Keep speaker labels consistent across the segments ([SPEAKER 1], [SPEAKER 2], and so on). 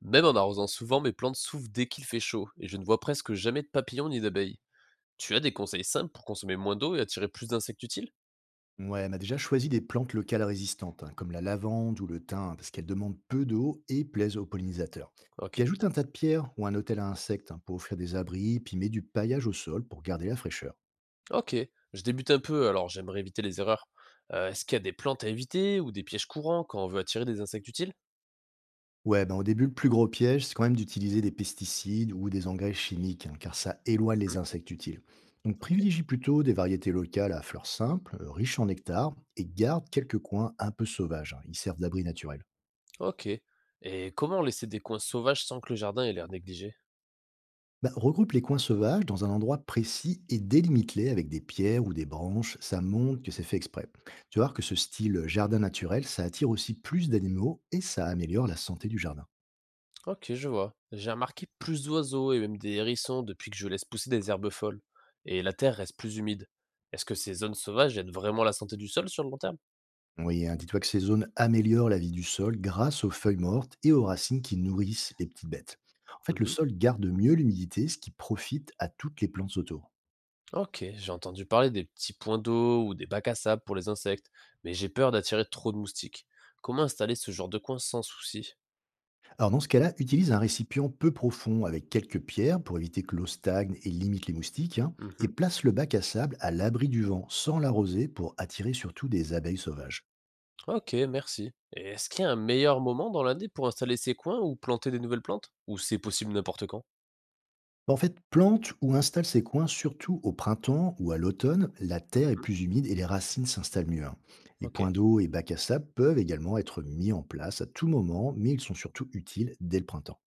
[SPEAKER 1] Même en arrosant souvent, mes plantes souffrent dès qu'il fait chaud, et je ne vois presque jamais de papillons ni d'abeilles. Tu as des conseils simples pour consommer moins d'eau et attirer plus d'insectes utiles.
[SPEAKER 2] Ouais, elle m'a déjà choisi des plantes locales résistantes, hein, comme la lavande ou le thym, hein, parce qu'elles demandent peu d'eau et plaisent aux pollinisateurs.
[SPEAKER 1] Ok.
[SPEAKER 2] Puis ajoute un tas de pierres ou un hôtel à insectes, hein, pour offrir des abris, puis met du paillage au sol pour garder la fraîcheur.
[SPEAKER 1] Ok. Je débute un peu, alors j'aimerais éviter les erreurs. Est-ce qu'il y a des plantes à éviter ou des pièges courants quand on veut attirer des insectes utiles?
[SPEAKER 2] Ouais, ben au début, le plus gros piège, c'est quand même d'utiliser des pesticides ou des engrais chimiques, hein, car ça éloigne les
[SPEAKER 1] Mhm.
[SPEAKER 2] insectes utiles. Donc
[SPEAKER 1] Ok.
[SPEAKER 2] privilégie plutôt des variétés locales à fleurs simples, riches en nectar, et garde quelques coins un peu sauvages, hein, ils servent d'abri naturel.
[SPEAKER 1] Ok. Et comment laisser des coins sauvages sans que le jardin ait l'air négligé?
[SPEAKER 2] Bah, regroupe les coins sauvages dans un endroit précis et délimite-les avec des pierres ou des branches. Ça montre que c'est fait exprès. Tu vas voir que ce style jardin naturel, ça attire aussi plus d'animaux et ça améliore la santé du jardin.
[SPEAKER 1] Ok, je vois. J'ai remarqué plus d'oiseaux et même des hérissons depuis que je laisse pousser des herbes folles. Et la terre reste plus humide. Est-ce que ces zones sauvages aident vraiment la santé du sol sur le long terme?
[SPEAKER 2] Oui, hein, dis-toi que ces zones améliorent la vie du sol grâce aux feuilles mortes et aux racines qui nourrissent les petites bêtes. En fait, le
[SPEAKER 1] Mmh.
[SPEAKER 2] sol garde mieux l'humidité, ce qui profite à toutes les plantes autour.
[SPEAKER 1] OK, j'ai entendu parler des petits points d'eau ou des bacs à sable pour les insectes, mais j'ai peur d'attirer trop de moustiques. Comment installer ce genre de coin sans souci?
[SPEAKER 2] Alors dans ce cas-là, utilise un récipient peu profond avec quelques pierres pour éviter que l'eau stagne et limite les moustiques, hein, et
[SPEAKER 1] Mmh.
[SPEAKER 2] place le bac à sable à l'abri du vent sans l'arroser pour attirer surtout des abeilles sauvages.
[SPEAKER 1] OK, merci. Et est-ce qu'il y a un meilleur moment dans l'année pour installer ces coins ou planter des nouvelles plantes? Ou c'est possible n'importe quand?
[SPEAKER 2] Bon, en fait, plante ou installe ces coins surtout au printemps ou à l'automne, la terre est
[SPEAKER 1] Mmh.
[SPEAKER 2] plus humide et les racines s'installent mieux, hein. Les
[SPEAKER 1] OK,
[SPEAKER 2] points d'eau et bacs à sable peuvent également être mis en place à tout moment, mais ils sont surtout utiles dès le printemps.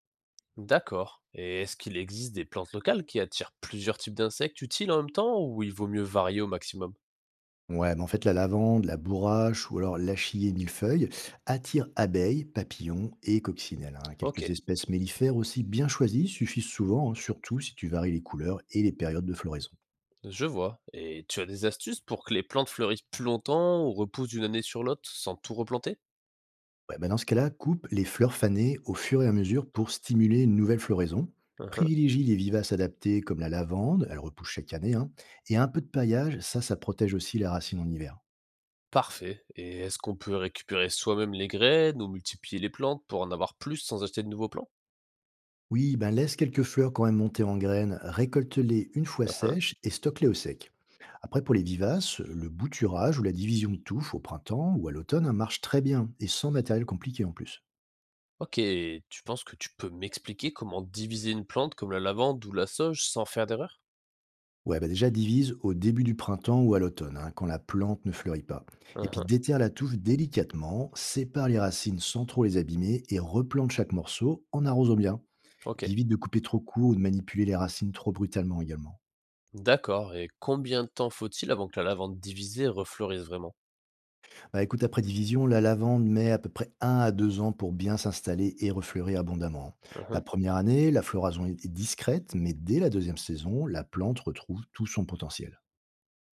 [SPEAKER 1] d'accord. Et est-ce qu'il existe des plantes locales qui attirent plusieurs types d'insectes utiles en même temps ou il vaut mieux varier au maximum?
[SPEAKER 2] Ouais, mais en fait, la lavande, la bourrache ou alors l'achillée millefeuille attirent abeilles, papillons et coccinelles, hein. Quelques
[SPEAKER 1] OK,
[SPEAKER 2] espèces mellifères aussi bien choisies suffisent souvent, hein, surtout si tu varies les couleurs et les périodes de floraison.
[SPEAKER 1] je vois. Et tu as des astuces pour que les plantes fleurissent plus longtemps ou repoussent d'une année sur l'autre sans tout replanter?
[SPEAKER 2] Ouais, bah dans ce cas-là, coupe les fleurs fanées au fur et à mesure pour stimuler une nouvelle floraison.
[SPEAKER 1] Hein, hein.
[SPEAKER 2] Privilégie les vivaces adaptées comme la lavande, elle repousse chaque année, hein, et un peu de paillage, ça protège aussi la racine en hiver.
[SPEAKER 1] Parfait. Et est-ce qu'on peut récupérer soi-même les graines ou multiplier les plantes pour en avoir plus sans acheter de nouveaux plants?
[SPEAKER 2] Oui, ben laisse quelques fleurs quand même monter en graines, récolte-les une fois
[SPEAKER 1] Hein, hein.
[SPEAKER 2] sèches et stocke-les au sec. Après, pour les vivaces, le bouturage ou la division de touffe au printemps ou à l'automne, hein, marche très bien et sans matériel compliqué en plus.
[SPEAKER 1] Ok, tu penses que tu peux m'expliquer comment diviser une plante comme la lavande ou la sauge sans faire d'erreur?
[SPEAKER 2] Ouais, bah déjà divise au début du printemps ou à l'automne, hein, quand la plante ne fleurit pas. Et
[SPEAKER 1] Hein,
[SPEAKER 2] puis
[SPEAKER 1] hein.
[SPEAKER 2] déterre la touffe délicatement, sépare les racines sans trop les abîmer et replante chaque morceau en arrosant bien. Et
[SPEAKER 1] Ok,
[SPEAKER 2] puis évite de couper trop court ou de manipuler les racines trop brutalement également.
[SPEAKER 1] d'accord. Et combien de temps faut-il avant que la lavande divisée refleurisse vraiment?
[SPEAKER 2] Bah, écoute, après division, la lavande met à peu près un à 2 ans pour bien s'installer et refleurir abondamment.
[SPEAKER 1] Hein,
[SPEAKER 2] La
[SPEAKER 1] hein.
[SPEAKER 2] première année, la floraison est discrète, mais dès la deuxième saison, la plante retrouve tout son potentiel.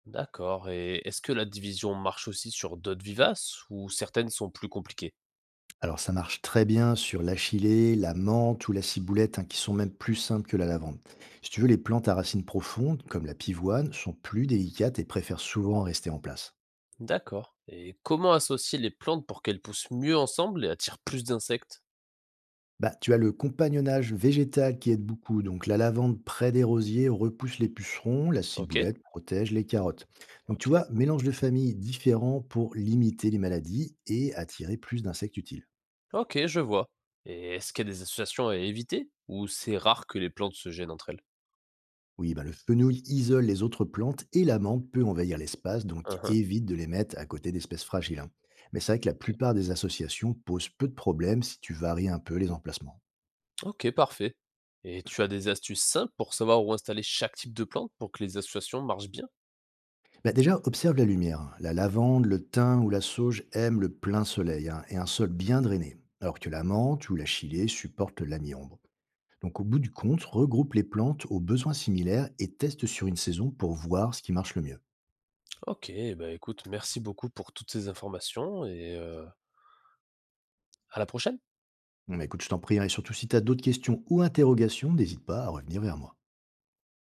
[SPEAKER 1] D'accord. Et est-ce que la division marche aussi sur d'autres vivaces ou certaines sont plus compliquées?
[SPEAKER 2] Alors ça marche très bien sur l'achillée, la menthe ou la ciboulette, hein, qui sont même plus simples que la lavande. Si tu veux, les plantes à racines profondes, comme la pivoine, sont plus délicates et préfèrent souvent rester en place.
[SPEAKER 1] D'accord. Et comment associer les plantes pour qu'elles poussent mieux ensemble et attirent plus d'insectes?
[SPEAKER 2] Bah, tu as le compagnonnage végétal qui aide beaucoup. Donc, la lavande près des rosiers repousse les pucerons, la
[SPEAKER 1] Ok,
[SPEAKER 2] ciboulette protège les carottes. Donc,
[SPEAKER 1] ok.
[SPEAKER 2] tu vois, mélange de familles différents pour limiter les maladies et attirer plus d'insectes utiles.
[SPEAKER 1] Ok, je vois. Et est-ce qu'il y a des associations à éviter ou c'est rare que les plantes se gênent entre elles?
[SPEAKER 2] Oui, bah, le fenouil isole les autres plantes et l'amande peut envahir l'espace, donc
[SPEAKER 1] Hein, hein.
[SPEAKER 2] évite de les mettre à côté d'espèces fragiles, hein. Mais c'est vrai que la
[SPEAKER 1] Ok.
[SPEAKER 2] plupart des associations posent peu de problèmes si tu varies un peu les emplacements.
[SPEAKER 1] Ok, parfait. Et tu as des astuces simples pour savoir où installer chaque type de plante pour que les associations marchent bien?
[SPEAKER 2] Bah, déjà, observe la lumière. La lavande, le thym ou la sauge aiment le plein soleil, hein, et un sol bien drainé, alors que la menthe ou la chilée supportent la mi-ombre. Donc au bout du compte, regroupe les plantes aux besoins similaires et teste sur une saison pour voir ce qui marche le mieux.
[SPEAKER 1] Ok, bah écoute, merci beaucoup pour toutes ces informations et à la prochaine.
[SPEAKER 2] Bon, bah, écoute, je t'en prie, hein, et surtout si tu as d'autres questions ou interrogations, n'hésite pas à revenir vers moi.